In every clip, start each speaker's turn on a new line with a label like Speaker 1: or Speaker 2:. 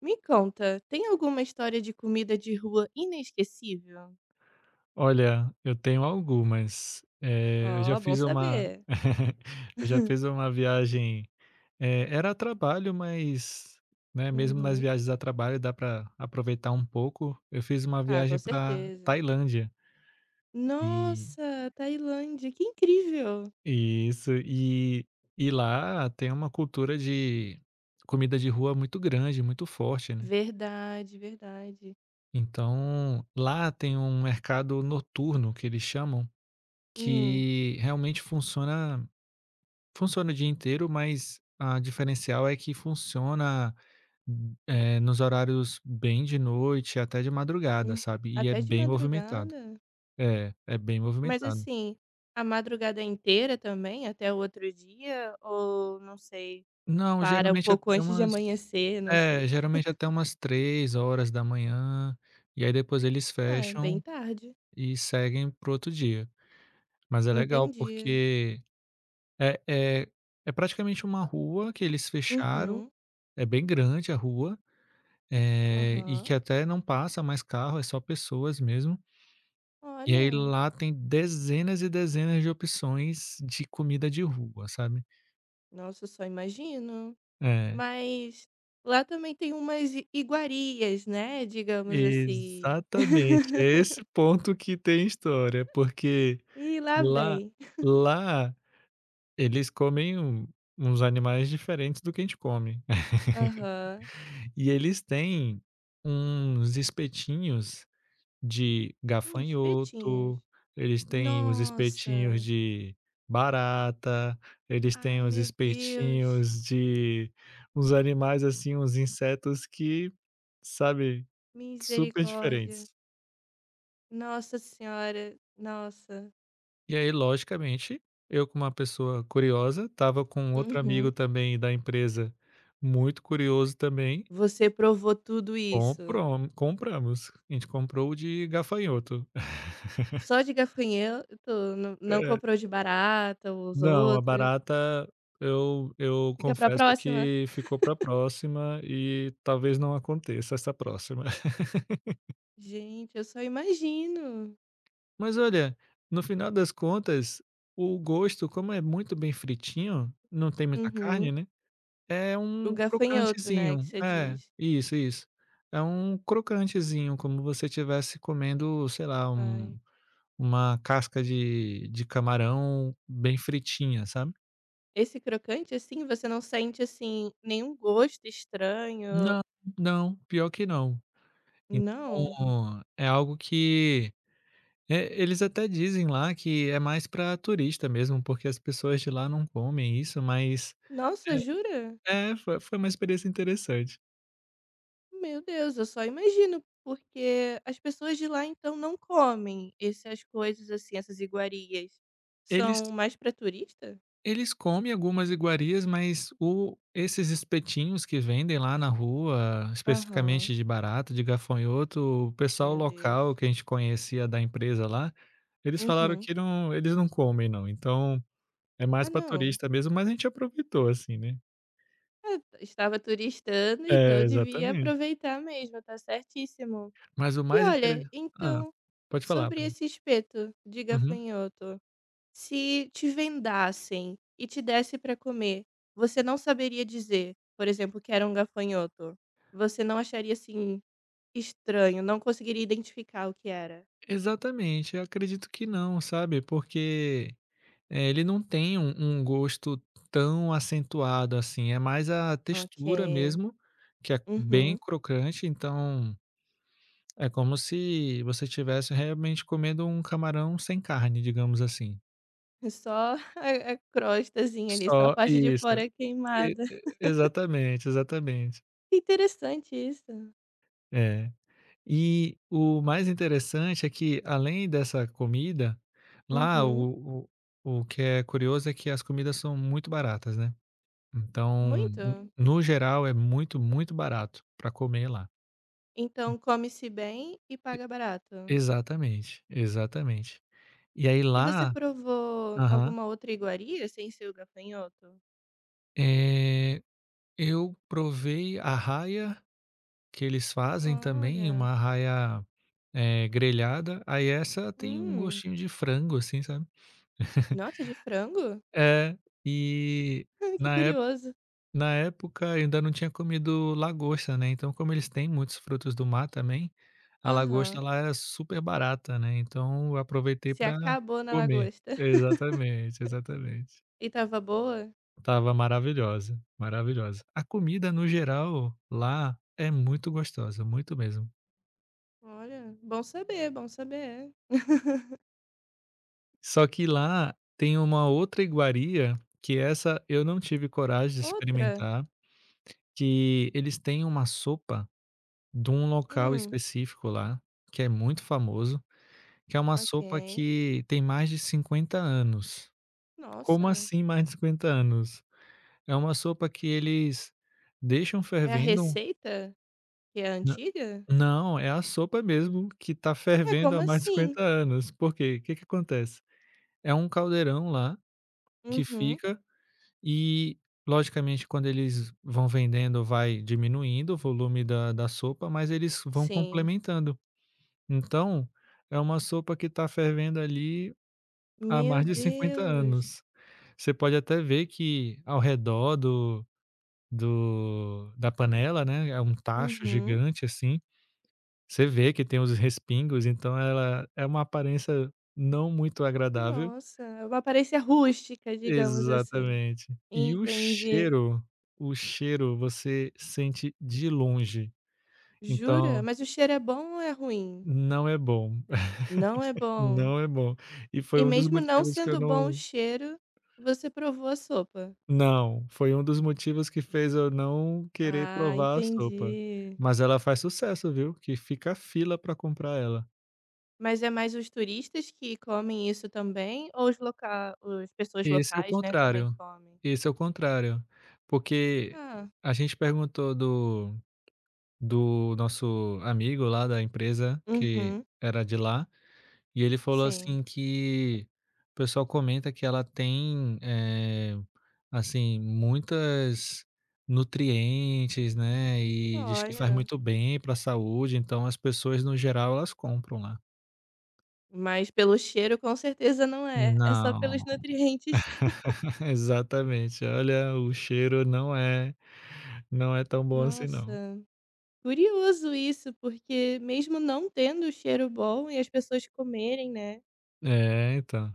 Speaker 1: Me conta, tem alguma história de comida de rua inesquecível?
Speaker 2: Olha, eu tenho algumas. Eu já
Speaker 1: Ó, bom
Speaker 2: fiz uma
Speaker 1: saber.
Speaker 2: Eu já fiz uma viagem, era a trabalho, mas, né, mesmo nas
Speaker 1: Uhum.
Speaker 2: viagens a trabalho dá para aproveitar um pouco. Eu fiz uma
Speaker 1: Ah, com
Speaker 2: viagem para
Speaker 1: certeza.
Speaker 2: Tailândia e
Speaker 1: Nossa, Tailândia, que incrível!
Speaker 2: e isso, e e lá tem uma cultura de comida de rua muito grande, muito forte, né.
Speaker 1: Verdade, verdade.
Speaker 2: Então, lá tem um mercado noturno que eles chamam,
Speaker 1: Hum,
Speaker 2: que realmente funciona o dia inteiro, mas a diferencial é que funciona, nos horários bem de noite, até de madrugada,
Speaker 1: hum.
Speaker 2: sabe, e é
Speaker 1: Até de
Speaker 2: bem movimentado.
Speaker 1: madrugada?
Speaker 2: É, é bem
Speaker 1: Mas
Speaker 2: movimentado.
Speaker 1: assim, a madrugada inteira também, até o outro dia? Ou, não sei,
Speaker 2: Não,
Speaker 1: para um pouco antes de amanhecer, não sei.
Speaker 2: geralmente até umas 3 horas da manhã e aí depois eles
Speaker 1: Ah, bem
Speaker 2: fecham
Speaker 1: tarde.
Speaker 2: e seguem pro outro dia. Mas é legal
Speaker 1: Entendi.
Speaker 2: porque é é é praticamente uma rua que eles fecharam,
Speaker 1: Uhum,
Speaker 2: é bem grande a rua. E que
Speaker 1: aham.
Speaker 2: até não passa mais carro, é só pessoas mesmo. E aí
Speaker 1: Olha,
Speaker 2: lá tem dezenas e dezenas de opções de comida de rua, sabe.
Speaker 1: nossa, só imagino.
Speaker 2: É,
Speaker 1: Mas lá também tem umas i iguarias, né, digamos assim.
Speaker 2: exatamente, é esse ponto que tem história, porque
Speaker 1: E lá
Speaker 2: lá
Speaker 1: vem.
Speaker 2: lá eles comem uns animais diferentes do que a gente come.
Speaker 1: Aham.
Speaker 2: E eles têm uns espetinhos de
Speaker 1: Espetinhos.
Speaker 2: gafanhoto, eles têm os espetinhos
Speaker 1: Nossa.
Speaker 2: de barata, eles têm
Speaker 1: Ai,
Speaker 2: os
Speaker 1: meu Deus.
Speaker 2: espetinhos de uns animais, assim, uns insetos que, sabe, super
Speaker 1: Misericórdia.
Speaker 2: diferentes.
Speaker 1: Nossa senhora, nossa.
Speaker 2: E aí, logicamente, eu como uma pessoa curiosa, estava com outro amigo
Speaker 1: Uhum.
Speaker 2: também da empresa, muito curioso também,
Speaker 1: Você provou tudo isso?
Speaker 2: comprom compramos. A gente comprou o de gafanhoto.
Speaker 1: Só de gafanhoto? Não comprou de barata, os
Speaker 2: Não, a
Speaker 1: outros?
Speaker 2: barata eu
Speaker 1: Fica pra
Speaker 2: confesso
Speaker 1: próxima.
Speaker 2: que ficou pra próxima e talvez não aconteça essa próxima.
Speaker 1: Gente, eu só imagino.
Speaker 2: Mas olha, no final das contas, o gosto, como é muito bem fritinho, não tem muita carne,
Speaker 1: Uhum.
Speaker 2: né, é
Speaker 1: O
Speaker 2: um
Speaker 1: gafanhoto, né, que
Speaker 2: crocantezinho.
Speaker 1: você
Speaker 2: É,
Speaker 1: diz.
Speaker 2: isso, isso. É um crocantezinho, como você tivesse comendo, sei lá,
Speaker 1: Ai.
Speaker 2: uma casca de camarão bem fritinha, sabe.
Speaker 1: Esse crocante, assim, você não sente, assim, nenhum gosto estranho?
Speaker 2: Não, não, pior que não.
Speaker 1: Não?
Speaker 2: Então, é algo que eles até dizem lá que é mais para turista mesmo, porque as pessoas de lá não comem isso, mas
Speaker 1: Nossa, jura?
Speaker 2: foi uma experiência interessante.
Speaker 1: Meu Deus, eu só imagino, porque as pessoas de lá, então, não comem essas coisas, assim, essas iguarias.
Speaker 2: Eles
Speaker 1: São mais pra turista?
Speaker 2: eles comem algumas iguarias, mas o esses espetinhos que vendem lá na rua,
Speaker 1: Aham,
Speaker 2: especificamente de barata, de gafanhoto, o pessoal
Speaker 1: meu Deus.
Speaker 2: local que a gente conhecia da empresa lá, eles falaram
Speaker 1: Uhum.
Speaker 2: que não, eles não comem, não, então é
Speaker 1: Ah,
Speaker 2: mais para
Speaker 1: não.
Speaker 2: turista mesmo, mas a gente aproveitou, assim, né.
Speaker 1: É, estava turistando, então eu
Speaker 2: É,
Speaker 1: devia
Speaker 2: exatamente.
Speaker 1: aproveitar mesmo, tá certíssimo.
Speaker 2: Mas o
Speaker 1: E
Speaker 2: mais
Speaker 1: olha,
Speaker 2: interessante, hã,
Speaker 1: então,
Speaker 2: pode falar,
Speaker 1: sobre
Speaker 2: pode
Speaker 1: esse espeto de
Speaker 2: uhum.
Speaker 1: gafanhoto, se te vendassem e te desse para comer, você não saberia dizer, por exemplo, que era um gafanhoto? Você não acharia, assim, estranho, não conseguiria identificar o que era?
Speaker 2: Exatamente, eu acredito que não, sabe, porque, ele não tem um gosto tão acentuado, assim, é mais a textura
Speaker 1: Ok.
Speaker 2: mesmo, que é bem
Speaker 1: Uhum.
Speaker 2: crocante, então é como se você estivesse realmente comendo um camarão sem carne, digamos assim.
Speaker 1: Só a crostazinha ali, só a
Speaker 2: Só
Speaker 1: parte de
Speaker 2: isso,
Speaker 1: fora
Speaker 2: e
Speaker 1: queimada.
Speaker 2: e exatamente, exatamente.
Speaker 1: Interessante isso.
Speaker 2: É. E o mais interessante é que, além dessa comida, lá
Speaker 1: Uhum.
Speaker 2: o que é curioso é que as comidas são muito baratas, né. Então,
Speaker 1: Muito?
Speaker 2: n no geral, é muito, muito barato para comer lá.
Speaker 1: Então come-se bem e paga barato.
Speaker 2: Exatamente, exatamente. E aí
Speaker 1: E você
Speaker 2: lá.
Speaker 1: provou
Speaker 2: Aham.
Speaker 1: alguma outra iguaria sem ser o gafanhoto?
Speaker 2: Eh, eu provei a arraia que eles fazem também,
Speaker 1: Olha,
Speaker 2: uma arraia, grelhada, aí essa tem um
Speaker 1: hum,
Speaker 2: gostinho de frango, assim, sabe.
Speaker 1: nossa, de frango?
Speaker 2: É, e
Speaker 1: Que
Speaker 2: na
Speaker 1: curioso.
Speaker 2: Na época eu ainda não tinha comido lagosta, né, então como eles têm muitos frutos do mar também, a lagosta
Speaker 1: Aham.
Speaker 2: lá era super barata, né, então eu aproveitei
Speaker 1: Se
Speaker 2: pra
Speaker 1: acabou na
Speaker 2: comer.
Speaker 1: lagosta.
Speaker 2: Exatamente, exatamente.
Speaker 1: E tava boa?
Speaker 2: Estava maravilhosa, maravilhosa. A comida no geral lá é muito gostosa, muito mesmo.
Speaker 1: Olha, bom saber, bom saber.
Speaker 2: Só que lá tem uma outra iguaria que essa eu não tive coragem de
Speaker 1: Outra?
Speaker 2: experimentar, que eles têm uma sopa de um local
Speaker 1: Hum,
Speaker 2: específico lá, que é muito famoso, que é uma sopa
Speaker 1: ok.
Speaker 2: que tem mais de 50 anos. Como
Speaker 1: Nossa,
Speaker 2: assim mais de 50 anos? É uma sopa que eles deixam
Speaker 1: é a
Speaker 2: fervendo.
Speaker 1: receita que é
Speaker 2: nã
Speaker 1: antiga?
Speaker 2: não, é a sopa mesmo que está
Speaker 1: Ué,
Speaker 2: fervendo
Speaker 1: como
Speaker 2: há mais de
Speaker 1: assim?
Speaker 2: 50 anos. Por quê? O que que acontece? É um caldeirão lá que
Speaker 1: Uhum,
Speaker 2: fica e, logicamente, quando eles vão vendendo, vai diminuindo o volume da sopa, mas eles vão
Speaker 1: sim.
Speaker 2: complementando. Então, é uma sopa que está fervendo ali há
Speaker 1: Meu
Speaker 2: mais de 50
Speaker 1: Deus.
Speaker 2: anos. Você pode até ver que ao redor do do da panela, né, é um tacho
Speaker 1: Uhum.
Speaker 2: gigante, assim, você vê que tem os respingos, então ela é uma aparência não muito agradável.
Speaker 1: Nossa, uma aparência rústica, digamos assim.
Speaker 2: Exatamente. E
Speaker 1: Entendi.
Speaker 2: o cheiro você sente de longe,
Speaker 1: Jura?
Speaker 2: então
Speaker 1: Mas o cheiro é bom ou é ruim?
Speaker 2: não é bom,
Speaker 1: Não é bom.
Speaker 2: não é bom. E foi
Speaker 1: E
Speaker 2: um dos
Speaker 1: mesmo não
Speaker 2: motivos que eu
Speaker 1: sendo bom o
Speaker 2: não.
Speaker 1: cheiro, você provou a sopa?
Speaker 2: Não, foi um dos motivos que fez eu não querer
Speaker 1: Ah,
Speaker 2: provar a sopa.
Speaker 1: entendi.
Speaker 2: Mas ela faz sucesso, viu, que fica fila pra comprar ela.
Speaker 1: Mas é mais os turistas que comem isso também? Ou os loca... as pessoas
Speaker 2: Esse é o
Speaker 1: locais, né, também
Speaker 2: contrário,
Speaker 1: comem?
Speaker 2: esse é o contrário, porque
Speaker 1: Ah,
Speaker 2: a gente perguntou do nosso amigo lá da empresa que
Speaker 1: uhum,
Speaker 2: era de lá. E ele falou
Speaker 1: sim.
Speaker 2: assim que o pessoal comenta que ela tem, assim, muitas nutrientes, né, e diz que faz
Speaker 1: Olha,
Speaker 2: muito bem para a saúde, então as pessoas no geral elas compram lá.
Speaker 1: mas pelo cheiro com certeza não é. É só pelos
Speaker 2: Não,
Speaker 1: nutrientes.
Speaker 2: exatamente. Olha, o cheiro não é tão bom assim não.
Speaker 1: Nossa. Curioso isso, porque mesmo não tendo o cheiro bom e as pessoas comerem, né,
Speaker 2: É, então.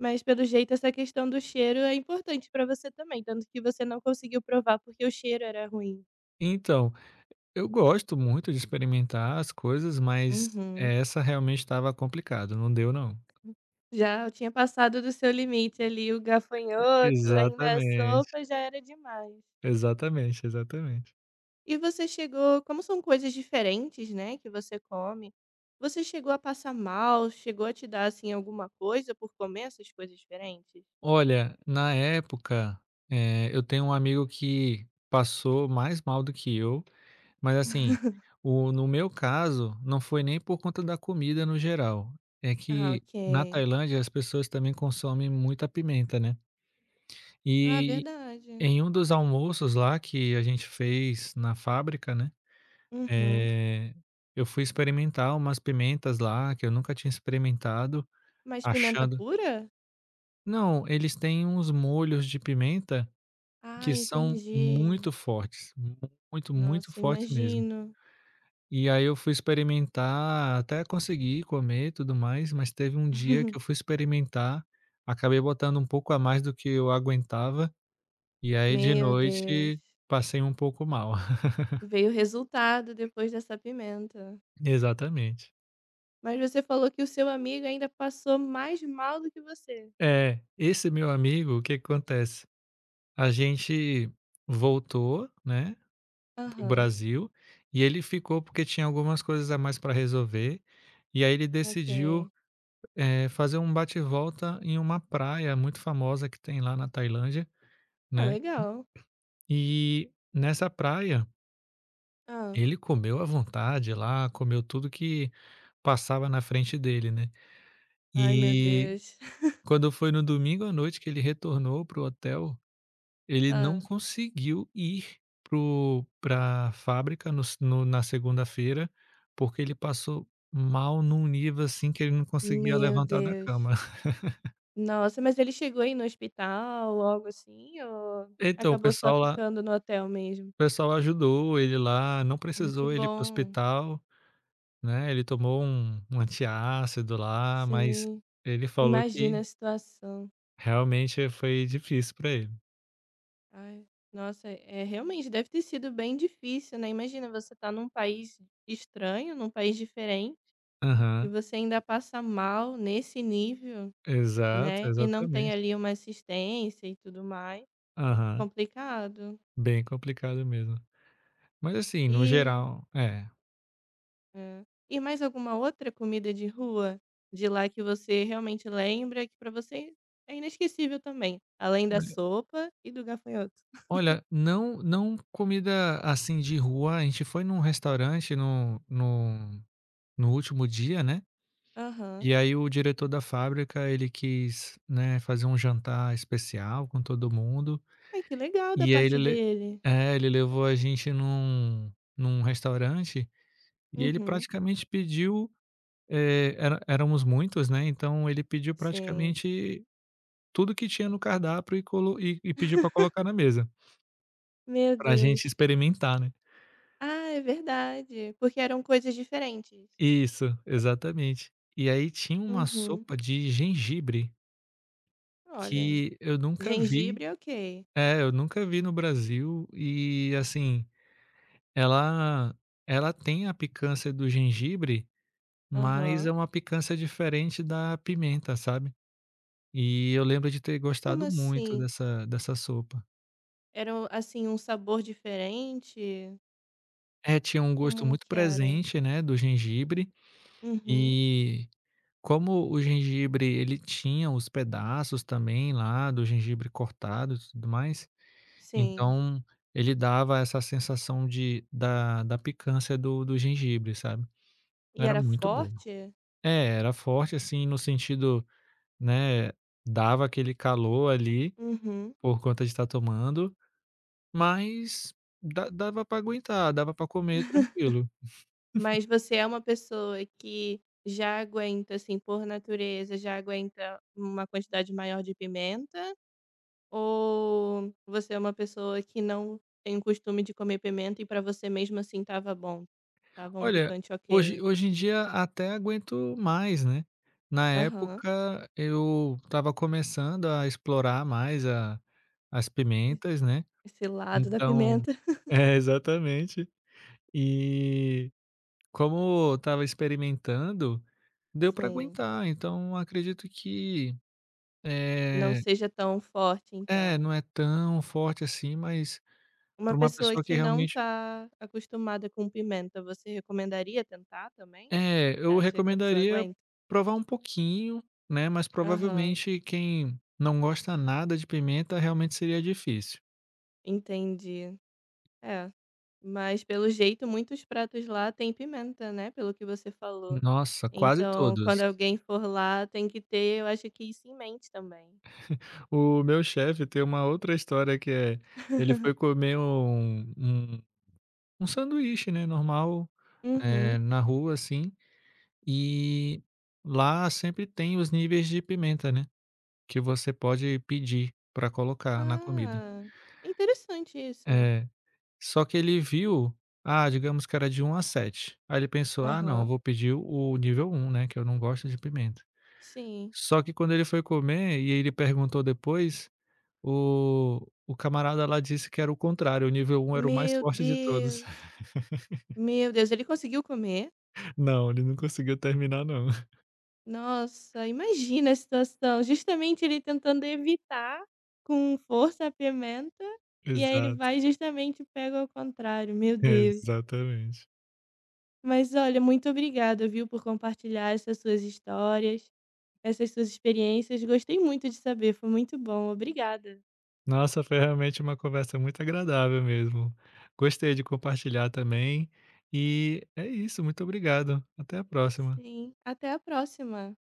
Speaker 1: mas pelo jeito essa questão do cheiro é importante pra você também, tanto que você não conseguiu provar porque o cheiro era ruim.
Speaker 2: Então, eu gosto muito de experimentar as coisas, mas
Speaker 1: Uhum.
Speaker 2: essa realmente estava complicado, não deu não.
Speaker 1: Já eu tinha passado do seu limite ali, o gafanhoto, ainda a
Speaker 2: Exatamente.
Speaker 1: sopa, já era demais.
Speaker 2: Exatamente, exatamente.
Speaker 1: E você chegou como são coisas diferentes, né, que você come, você chegou a passar mal? Chegou a te dar, assim, alguma coisa por comer essas coisas diferentes?
Speaker 2: Olha, na época, eu tenho um amigo que passou mais mal do que eu, mas assim, o no meu caso, não foi nem por conta da comida no geral, é
Speaker 1: Ah,
Speaker 2: que na
Speaker 1: ok.
Speaker 2: Tailândia as pessoas também consomem muita pimenta, né.
Speaker 1: Ah,
Speaker 2: E
Speaker 1: verdade.
Speaker 2: em um dos almoços lá que a gente fez na fábrica, né,
Speaker 1: Uhum.
Speaker 2: eh, eu fui experimentar umas pimentas lá que eu nunca tinha experimentado,
Speaker 1: Mas pimenta
Speaker 2: achando.
Speaker 1: pura?
Speaker 2: Não, eles têm uns molhos de pimenta
Speaker 1: Ah,
Speaker 2: que são
Speaker 1: entendi.
Speaker 2: muito fortes, muito, muito
Speaker 1: Nossa,
Speaker 2: fortes mesmo.
Speaker 1: imagino.
Speaker 2: E aí eu fui experimentar, até consegui comer e tudo mais, mas teve um dia que eu fui experimentar, acabei botando um pouco a mais do que eu aguentava, e aí de
Speaker 1: Meu Deus.
Speaker 2: noite passei um pouco mal.
Speaker 1: Veio o resultado depois dessa pimenta.
Speaker 2: Exatamente.
Speaker 1: Mas você falou que o seu amigo ainda passou mais mal do que você.
Speaker 2: É, esse meu amigo, o que que acontece? A gente voltou, né, para o
Speaker 1: Aham.
Speaker 2: Brasil, e ele ficou porque tinha algumas coisas a mais para resolver, e aí ele decidiu,
Speaker 1: Ok.
Speaker 2: fazer um bate volta em uma praia muito famosa que tem lá na Tailândia,
Speaker 1: Ah,
Speaker 2: né,
Speaker 1: legal.
Speaker 2: e nessa praia
Speaker 1: Ah.
Speaker 2: ele comeu à vontade lá, comeu tudo que passava na frente dele, né.
Speaker 1: Ai, meu
Speaker 2: E
Speaker 1: Deus.
Speaker 2: quando foi no domingo à noite que ele retornou para o hotel, ele não
Speaker 1: Ah.
Speaker 2: conseguiu ir pro pra fábrica no s no na segunda-feira, porque ele passou mal num nível, assim, que ele não conseguia
Speaker 1: Meu
Speaker 2: levantar da cama.
Speaker 1: Deus. Nossa, mas ele chegou aí no hospital, algo assim, ou
Speaker 2: Então
Speaker 1: acabou só ficando no hotel mesmo?
Speaker 2: o pessoal ajudou ele lá, não
Speaker 1: Que
Speaker 2: precisou ele ir para
Speaker 1: bom.
Speaker 2: hospital, né, ele tomou um antiácido lá, mas
Speaker 1: Sim,
Speaker 2: ele falou
Speaker 1: imagina
Speaker 2: que
Speaker 1: a situação.
Speaker 2: realmente foi difícil para ele.
Speaker 1: Ai, nossa, é realmente deve ter sido bem difícil, né. Imagina, você tá num país estranho, num país diferente, e
Speaker 2: Aham.
Speaker 1: você ainda passa mal nesse nível,
Speaker 2: Exato,
Speaker 1: né, e não tem
Speaker 2: exatamente.
Speaker 1: ali uma assistência e tudo mais,
Speaker 2: Aham.
Speaker 1: complicado.
Speaker 2: Bem complicado mesmo. Mas assim, no
Speaker 1: E
Speaker 2: geral é.
Speaker 1: é. E mais alguma outra comida de rua de lá que você realmente lembra que pra você é inesquecível também, além da
Speaker 2: olha
Speaker 1: sopa e do gafanhoto?
Speaker 2: Olha, não não comida, assim, de rua, a gente foi num restaurante no último dia, né,
Speaker 1: Aham.
Speaker 2: e aí o diretor da fábrica, ele quis, né, fazer um jantar especial com todo mundo,
Speaker 1: Ai, que legal da
Speaker 2: e aí
Speaker 1: parte dele.
Speaker 2: ele levou a gente num restaurante, e ele
Speaker 1: Uhum,
Speaker 2: praticamente pediu, era éramos muitos, né, então ele pediu
Speaker 1: sim.
Speaker 2: praticamente tudo que tinha no cardápio e pediu para colocar na mesa,
Speaker 1: Meu
Speaker 2: para a gente
Speaker 1: Deus.
Speaker 2: experimentar, né.
Speaker 1: Ah, é verdade, porque eram coisas diferentes.
Speaker 2: Isso, exatamente. E aí tinha uma
Speaker 1: Uhum.
Speaker 2: sopa de gengibre
Speaker 1: Olha,
Speaker 2: que eu nunca vi
Speaker 1: gengibre, ok.
Speaker 2: no Brasil e, assim, ela ela tem a picância do gengibre, mas é
Speaker 1: Aham.
Speaker 2: uma picância diferente da pimenta, sabe. E eu lembro de ter
Speaker 1: Como
Speaker 2: gostado muito
Speaker 1: assim?
Speaker 2: dessa sopa.
Speaker 1: Era, um, assim, um sabor diferente?
Speaker 2: É, tinha um gosto
Speaker 1: Como
Speaker 2: muito
Speaker 1: que era?
Speaker 2: presente, né, do gengibre
Speaker 1: Uhum,
Speaker 2: e como o gengibre, ele tinha os pedaços também lá do gengibre cortado e tudo mais,
Speaker 1: sim.
Speaker 2: então ele dava essa sensação de da da picância do gengibre, sabe.
Speaker 1: E
Speaker 2: Era
Speaker 1: era
Speaker 2: muito bom.
Speaker 1: forte?
Speaker 2: É, era forte, assim, no sentido, né, dava aquele calor ali,
Speaker 1: Uhum.
Speaker 2: por conta de estar tomando, mas da dava pra aguentar, dava pra comer tranquilo.
Speaker 1: Mas você é uma pessoa que já aguenta, assim, por natureza, já aguenta uma quantidade maior de pimenta? Ou você é uma pessoa que não tem o costume de comer pimenta e pra você mesmo assim estava bom? Estava um
Speaker 2: Olha,
Speaker 1: picante
Speaker 2: hoje
Speaker 1: ok.
Speaker 2: hoje em dia até aguento mais, né. Na
Speaker 1: Aham.
Speaker 2: época eu estava começando a explorar mais a as
Speaker 1: E-
Speaker 2: pimentas, né,
Speaker 1: Esse lado da
Speaker 2: então
Speaker 1: pimenta.
Speaker 2: é, exatamente. E como eu estava experimentando, deu para
Speaker 1: Sim.
Speaker 2: aguentar, então acredito que,
Speaker 1: Não
Speaker 2: eh
Speaker 1: seja tão forte, então.
Speaker 2: não é tão forte assim, mas
Speaker 1: Uma
Speaker 2: para uma
Speaker 1: pessoa
Speaker 2: pessoa
Speaker 1: que
Speaker 2: que
Speaker 1: não
Speaker 2: realmente.
Speaker 1: tá acostumada com pimenta, você recomendaria tentar também?
Speaker 2: É,
Speaker 1: Você
Speaker 2: eu
Speaker 1: acha que a pessoa
Speaker 2: recomendaria
Speaker 1: aguenta?
Speaker 2: provar um pouquinho, né, mas
Speaker 1: Aham.
Speaker 2: provavelmente quem não gosta nada de pimenta realmente seria difícil.
Speaker 1: Entendi. É. Mas pelo jeito muitos pratos lá têm pimenta, né, pelo que você falou.
Speaker 2: Nossa, quase
Speaker 1: Então
Speaker 2: todos.
Speaker 1: quando alguém for lá tem que ter, eu acho que isso em mente também.
Speaker 2: O meu chefe tem uma outra história que ele foi comer um sanduíche, né, normal,
Speaker 1: Uhum.
Speaker 2: na rua, assim, e lá sempre tem os níveis de pimenta, né, que você pode pedir para colocar na comida.
Speaker 1: Ah, interessante isso.
Speaker 2: É. Só que ele viu, ah, digamos que era de um a 7. Aí ele pensou: "Ah não, eu
Speaker 1: Aham,
Speaker 2: vou pedir o nível um, né, que eu não gosto de pimenta".
Speaker 1: sim.
Speaker 2: Só que quando ele foi comer e ele perguntou depois, o camarada lá disse que era o contrário, o nível um era o mais
Speaker 1: Meu
Speaker 2: forte de todos.
Speaker 1: Deus, meu Deus, ele conseguiu comer?
Speaker 2: Não, ele não conseguiu terminar não.
Speaker 1: Nossa, imagina a situação, justamente ele tentando evitar com força a pimenta, e aí ele
Speaker 2: Exato,
Speaker 1: vai e justamente pega ao contrário, meu Deus.
Speaker 2: exatamente.
Speaker 1: Mas olha, muito obrigada, viu, por compartilhar essas suas histórias, essas suas experiências. Gostei muito de saber, foi muito bom. Obrigada.
Speaker 2: Nossa, foi realmente uma conversa muito agradável mesmo. Gostei de compartilhar também. E é isso, muito obrigado. Até a próxima.
Speaker 1: Sim, até a próxima.